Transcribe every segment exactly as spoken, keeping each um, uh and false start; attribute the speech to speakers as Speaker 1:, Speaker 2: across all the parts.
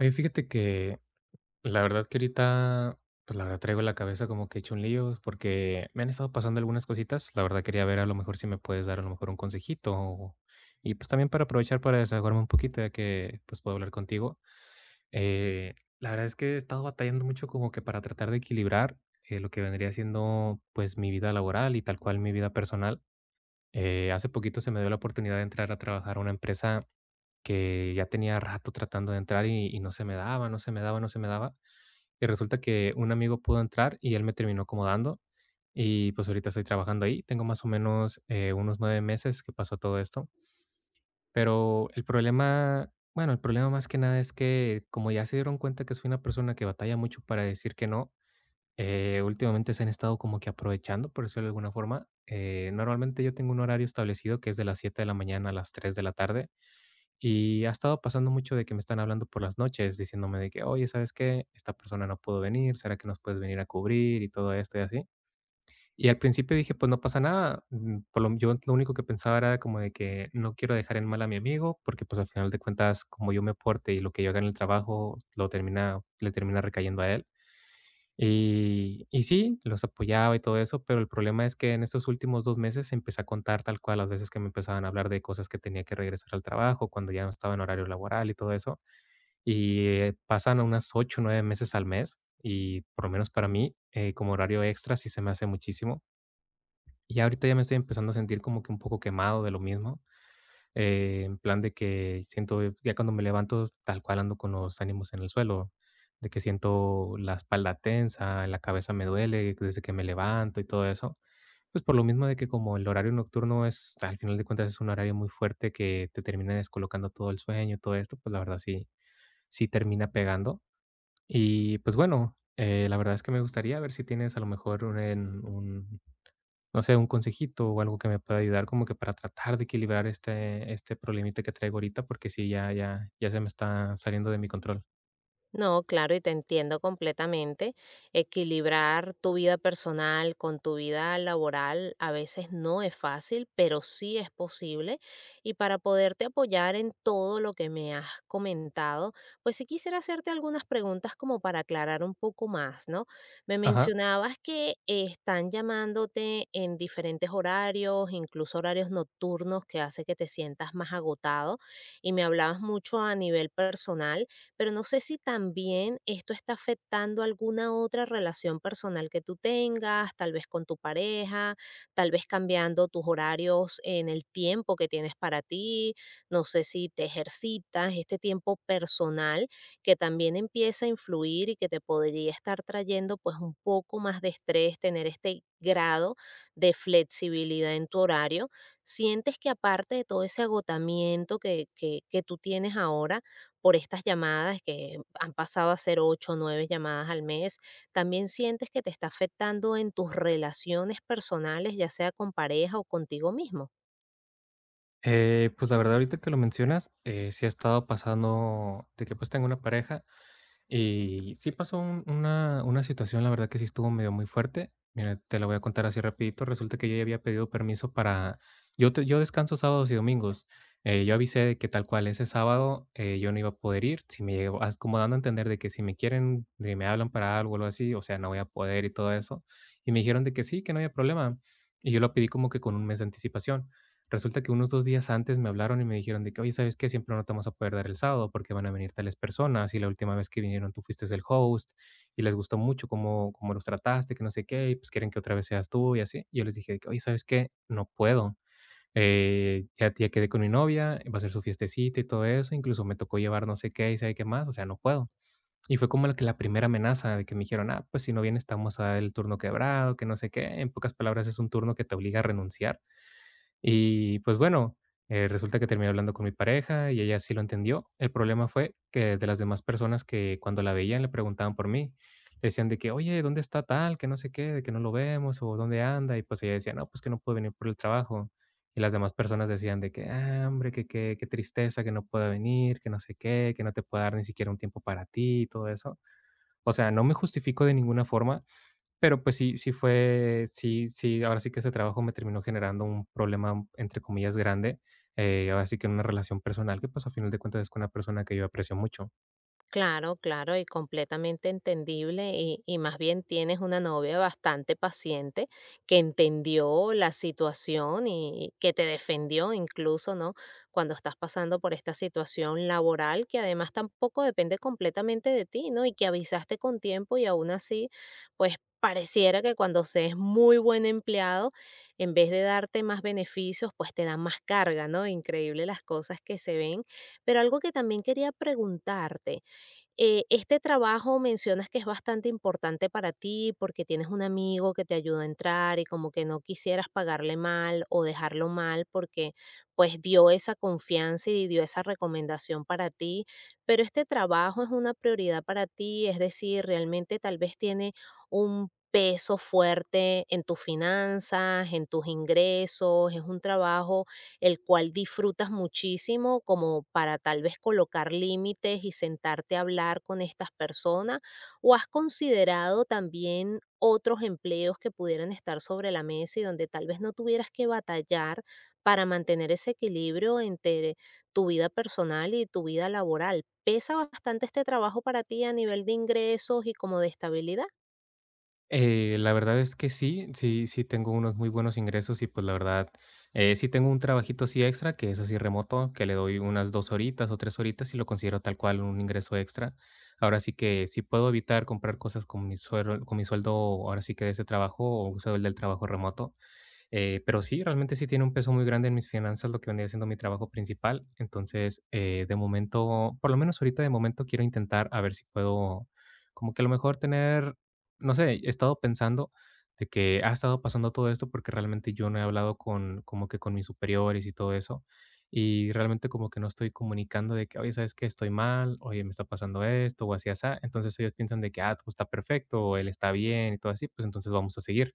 Speaker 1: Oye, fíjate que la verdad que ahorita, pues la verdad traigo la cabeza como que he hecho un lío, porque me han estado pasando algunas cositas. La verdad quería ver a lo mejor si me puedes dar a lo mejor un consejito. o- Y pues también para aprovechar para desahogarme un poquito, ya que pues puedo hablar contigo. Eh, la verdad es que he estado batallando mucho como que para tratar de equilibrar eh, lo que vendría siendo pues mi vida laboral y tal cual mi vida personal. Eh, hace poquito se me dio la oportunidad de entrar a trabajar a una empresa que ya tenía rato tratando de entrar y y no se me daba, no se me daba, no se me daba. Y resulta que un amigo pudo entrar y él me terminó acomodando. Y pues ahorita estoy trabajando ahí. Tengo más o menos eh, unos nueve meses que pasó todo esto. Pero el problema, bueno, el problema más que nada es que como ya se dieron cuenta que soy una persona que batalla mucho para decir que no, eh, últimamente se han estado como que aprovechando, por decirlo de alguna forma. Eh, normalmente yo tengo un horario establecido que es de las siete de la mañana a las tres de la tarde y ha estado pasando mucho de que me están hablando por las noches diciéndome de que, oye, ¿sabes qué? Esta persona no pudo venir, ¿será que nos puedes venir a cubrir? Y todo esto y así. Y al principio dije, pues no pasa nada. mm, Por lo, yo lo único que pensaba era como de que no quiero dejar en mal a mi amigo, porque pues al final de cuentas, como yo me porte y lo que yo haga en el trabajo, lo termina, le termina recayendo a él. Y y sí, los apoyaba y todo eso, pero el problema es que en estos últimos dos meses empecé a contar tal cual las veces que me empezaban a hablar de cosas que tenía que regresar al trabajo, cuando ya no estaba en horario laboral y todo eso. Y, eh, pasan unas ocho, nueve meses al mes, y por lo menos para mí, eh, como horario extra sí se me hace muchísimo. Y ahorita ya me estoy empezando a sentir como que un poco quemado de lo mismo, eh, en plan de que siento, eh, ya cuando me levanto, tal cual ando con los ánimos en el suelo, de que siento la espalda tensa, la cabeza me duele desde que me levanto y todo eso. Pues por lo mismo de que como el horario nocturno es, al final de cuentas, es un horario muy fuerte que te termina descolocando todo el sueño, todo esto, pues la verdad sí, sí termina pegando. Y pues bueno, eh, la verdad es que me gustaría ver si tienes a lo mejor un, en- un no sé, un consejito o algo que me pueda ayudar como que para tratar de equilibrar este este problemita que traigo ahorita, porque sí, ya ya ya se me está saliendo de mi control.
Speaker 2: No, claro, y te entiendo completamente. Equilibrar tu vida personal con tu vida laboral a veces no es fácil, pero sí es posible. Y para poderte apoyar en todo lo que me has comentado, pues sí quisiera hacerte algunas preguntas como para aclarar un poco más, ¿no? Me
Speaker 1: Ajá.
Speaker 2: mencionabas que eh, están llamándote en diferentes horarios, incluso horarios nocturnos, que hace que te sientas más agotado, y me hablabas mucho a nivel personal, pero no sé si también esto está afectando alguna otra relación personal que tú tengas, tal vez con tu pareja, tal vez cambiando tus horarios en el tiempo que tienes para ti, no sé si te ejercitas, este tiempo personal que también empieza a influir y que te podría estar trayendo pues un poco más de estrés, tener este grado de flexibilidad en tu horario. ¿Sientes que aparte de todo ese agotamiento que, que que tú tienes ahora, por estas llamadas que han pasado a ser ocho, o nueve llamadas al mes, también sientes que te está afectando en tus relaciones personales, ya sea con pareja o contigo mismo?
Speaker 1: Eh, pues, la verdad, ahorita que lo mencionas, eh, sí ha estado pasando de que, pues, tengo una pareja, y sí pasó un una una situación, la verdad que sí estuvo medio muy fuerte. Mira, te la voy a contar así rapidito. Resulta que yo ya había pedido permiso para yo te yo descanso sábados y domingos. Eh, yo avisé de que tal cual ese sábado, eh, yo no iba a poder ir, si me llegó as como dando a entender de que si me quieren, de me hablan para algo o algo así, o sea, no voy a poder y todo eso. Y me dijeron de que sí, que no había problema, y yo lo pedí como que con un mes de anticipación. Resulta que unos dos días antes me hablaron y me dijeron de que: "Oye, ¿sabes qué? Siempre no te vamos a poder dar el sábado porque van a venir tales personas, y la última vez que vinieron tú fuiste el host, y les gustó mucho cómo cómo los trataste, que no sé qué, y pues quieren que otra vez seas tú", y así. Yo les dije de que: "Oye, ¿sabes qué? No puedo. Eh, ya ya quedé con mi novia, va a ser su fiestecita y todo eso, incluso me tocó llevar no sé qué y sabe qué más, o sea, no puedo". Y fue como la que la primera amenaza de que me dijeron: "Ah, pues si no vienes estamos a dar el turno quebrado, que no sé qué". En pocas palabras, es un turno que te obliga a renunciar. Y pues bueno, eh, resulta que terminé hablando con mi pareja y ella sí lo entendió. El problema fue que de las demás personas que cuando la veían le preguntaban por mí, le decían de que, oye, ¿dónde está tal? Que no sé qué, de que no lo vemos o dónde anda. Y pues ella decía, no, pues que no puede venir por el trabajo. Y las demás personas decían de que, ah, hombre, que, que, qué tristeza que no pueda venir, que no sé qué, que no te pueda dar ni siquiera un tiempo para ti y todo eso. O sea, no me justifico de ninguna forma, pero, pues, sí sí fue sí sí, ahora sí que ese trabajo me terminó generando un problema, entre comillas, grande, eh, ahora sí que en una relación personal que, pues, a final de cuentas es con una persona que yo aprecio mucho.
Speaker 2: Claro, claro, y completamente entendible. Y, y más bien tienes una novia bastante paciente que entendió la situación y que te defendió incluso, ¿no? Cuando estás pasando por esta situación laboral que además tampoco depende completamente de ti, ¿no? Y que avisaste con tiempo y aún así, pues pareciera que cuando se es muy buen empleado, en vez de darte más beneficios, pues te dan más carga, ¿no? Increíble las cosas que se ven. Pero algo que también quería preguntarte. Eh, este trabajo mencionas que es bastante importante para ti porque tienes un amigo que te ayuda a entrar y como que no quisieras pagarle mal o dejarlo mal porque pues dio esa confianza y dio esa recomendación para ti, pero ¿este trabajo es una prioridad para ti?, es decir, ¿realmente tal vez tiene un peso fuerte en tus finanzas, en tus ingresos, es un trabajo el cual disfrutas muchísimo como para tal vez colocar límites y sentarte a hablar con estas personas? ¿O has considerado también otros empleos que pudieran estar sobre la mesa y donde tal vez no tuvieras que batallar para mantener ese equilibrio entre tu vida personal y tu vida laboral? ¿Pesa bastante este trabajo para ti a nivel de ingresos y como de estabilidad?
Speaker 1: Eh, la verdad es que sí, sí sí tengo unos muy buenos ingresos y, pues, la verdad, eh, sí tengo un trabajito así extra, que es así remoto, que le doy unas dos horitas o tres horitas y lo considero tal cual un ingreso extra. Ahora sí que si puedo evitar comprar cosas con mi sueldo con mi sueldo, ahora sí que de ese trabajo o uso el del trabajo remoto. Eh, pero sí, realmente sí tiene un peso muy grande en mis finanzas lo que vendría siendo mi trabajo principal. Entonces, eh, de momento, por lo menos ahorita de momento quiero intentar a ver si puedo, como que a lo mejor tener, no sé, he estado pensando de que ha estado pasando todo esto porque realmente yo no he hablado con, como que con mis superiores y todo eso. Y realmente como que no estoy comunicando de que, oye, ¿sabes qué? Estoy mal, oye, me está pasando esto o así, así. Entonces ellos piensan de que, ah, todo está perfecto, o él está bien y todo así, pues entonces vamos a seguir.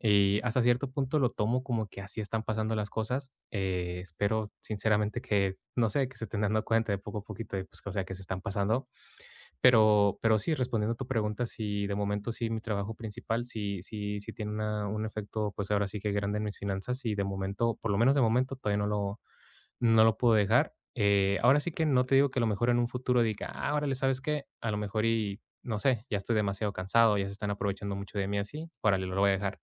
Speaker 1: Y hasta cierto punto lo tomo como que así están pasando las cosas. Eh, espero sinceramente que, no sé, que se estén dando cuenta de poco a poquito de, pues, o sea, que se están pasando. Pero, pero sí, respondiendo a tu pregunta, sí, de momento sí, mi trabajo principal sí, sí, sí tiene una, un efecto, pues ahora sí que grande en mis finanzas y de momento, por lo menos de momento, todavía no lo, no lo puedo dejar. Eh, ahora sí que no te digo que a lo mejor en un futuro diga, ah, órale, ¿sabes qué? A lo mejor y, no sé, ya estoy demasiado cansado, ya se están aprovechando mucho de mí así, órale, lo voy a dejar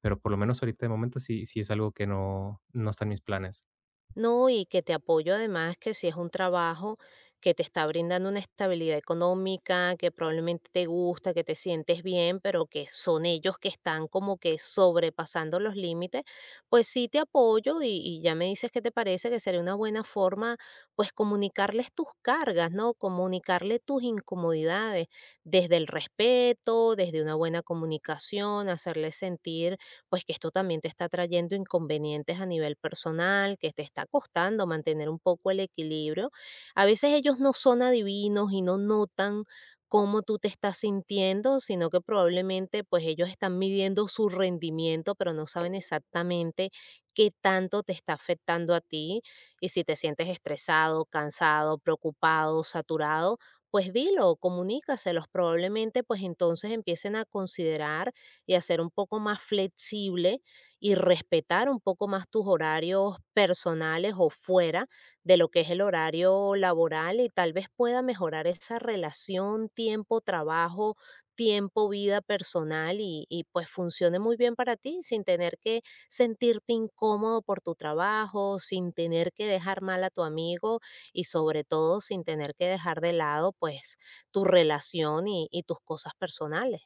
Speaker 1: pero por lo menos ahorita de momento sí, sí es algo que no, no está en mis planes.
Speaker 2: No, y que te apoyo, además, que si es un trabajo que te está brindando una estabilidad económica, que probablemente te gusta, que te sientes bien, pero que son ellos que están como que sobrepasando los límites, pues sí te apoyo y, y ya me dices qué te parece que sería una buena forma, pues comunicarles tus cargas, ¿no? Comunicarle tus incomodidades desde el respeto, desde una buena comunicación, hacerles sentir pues que esto también te está trayendo inconvenientes a nivel personal, que te está costando mantener un poco el equilibrio. A veces ellos no son adivinos y no notan cómo tú te estás sintiendo, sino que probablemente pues ellos están midiendo su rendimiento, pero no saben exactamente qué tanto te está afectando a ti y si te sientes estresado, cansado, preocupado, saturado, pues dilo, comunícaselos, probablemente pues entonces empiecen a considerar y hacer un poco más flexible y respetar un poco más tus horarios personales o fuera de lo que es el horario laboral, y tal vez pueda mejorar esa relación tiempo-trabajo, tiempo-vida personal y, y pues funcione muy bien para ti sin tener que sentirte incómodo por tu trabajo, sin tener que dejar mal a tu amigo y sobre todo sin tener que dejar de lado pues tu relación y y tus cosas personales.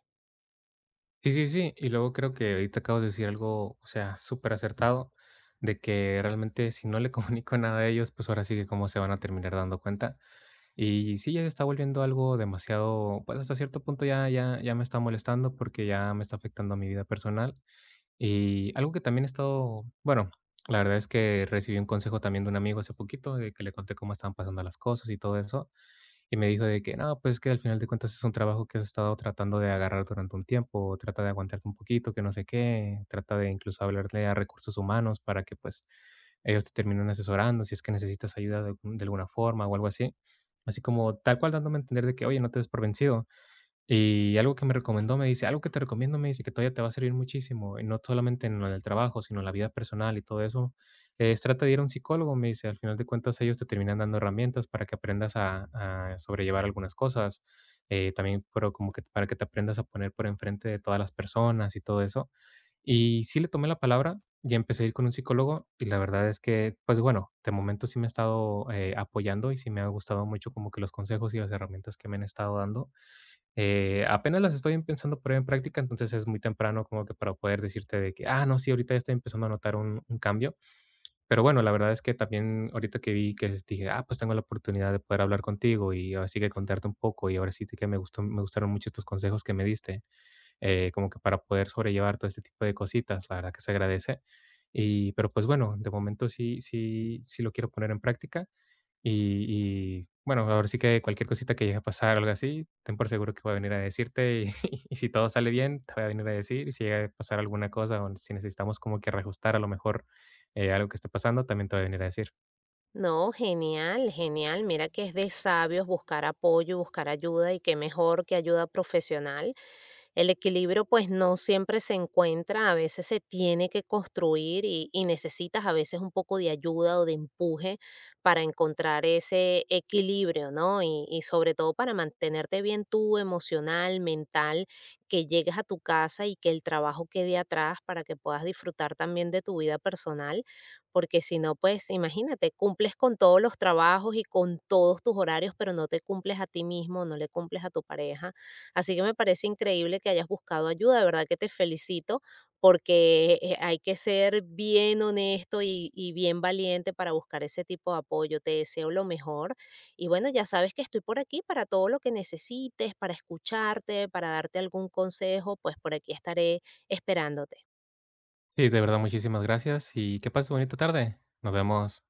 Speaker 1: Sí, sí, sí. Y luego creo que ahorita acabas de decir algo, o sea, súper acertado, de que realmente si no le comunico nada a ellos, pues ahora sí que cómo se van a terminar dando cuenta. Y sí, ya se está volviendo algo demasiado, pues hasta cierto punto ya, ya, ya me está molestando porque ya me está afectando a mi vida personal. Y algo que también he estado, bueno, la verdad es que recibí un consejo también de un amigo hace poquito, de que le conté cómo estaban pasando las cosas y todo eso. Y me dijo de que no, pues que al final de cuentas es un trabajo que has estado tratando de agarrar durante un tiempo, trata de aguantarte un poquito, que no sé qué, trata de incluso hablarle a recursos humanos para que pues ellos te terminen asesorando si es que necesitas ayuda de, algún- de alguna forma o algo así. Así como tal cual dándome a entender de que, oye, no te des por vencido y algo que me recomendó, me dice: "Algo que te recomiendo", me dice: "Que todavía te va a servir muchísimo, y no solamente en lo del trabajo, sino en la vida personal y todo eso, es trata de ir a un psicólogo", me dice: "Al final de cuentas, ellos te terminan dando herramientas para que aprendas a a sobrellevar algunas cosas, eh, también, pero como que para que te aprendas a poner por enfrente de todas las personas y todo eso". Y sí le tomé la palabra y empecé a ir con un psicólogo, y la verdad es que, pues, bueno, de momento sí me ha estado, eh, apoyando y sí me ha gustado mucho como que los consejos y las herramientas que me han estado dando. Eh, apenas las estoy empezando a poner en práctica, entonces es muy temprano como que para poder decirte de que, ah, no, sí, ahorita ya estoy empezando a notar un, un cambio. Pero bueno, la verdad es que también ahorita que vi que es- dije, ah, pues tengo la oportunidad de poder hablar contigo y ahora sí que contarte un poco y ahora sí que me gustó, me gustaron mucho estos consejos que me diste, eh, como que para poder sobrellevar todo este tipo de cositas, la verdad que se agradece. Y, pero pues bueno, de momento sí, sí, sí lo quiero poner en práctica. Y y bueno, ahora sí que cualquier cosita que llegue a pasar o algo así, ten por seguro que voy a venir a decirte y y si todo sale bien, te voy a venir a decir. Y si llega a pasar alguna cosa o si necesitamos como que reajustar a lo mejor, eh, algo que esté pasando, también te voy a venir a decir.
Speaker 2: No, genial, genial. Mira que es de sabios buscar apoyo, buscar ayuda y qué mejor que ayuda profesional. El equilibrio pues no siempre se encuentra, a veces se tiene que construir y, y necesitas a veces un poco de ayuda o de empuje para encontrar ese equilibrio, ¿no? Y, y sobre todo para mantenerte bien tú emocional, mental, que llegues a tu casa y que el trabajo quede atrás para que puedas disfrutar también de tu vida personal, porque si no, pues imagínate, cumples con todos los trabajos y con todos tus horarios, pero no te cumples a ti mismo, no le cumples a tu pareja. Así que me parece increíble que hayas buscado ayuda, de verdad que te felicito porque eh, hay que ser bien honesto y, y bien valiente para buscar ese tipo de apoyo. Te deseo lo mejor y bueno, ya sabes que estoy por aquí para todo lo que necesites, para escucharte, para darte algún consejo, pues por aquí estaré esperándote.
Speaker 1: Sí, de verdad, muchísimas gracias y que pases bonita tarde. Nos vemos.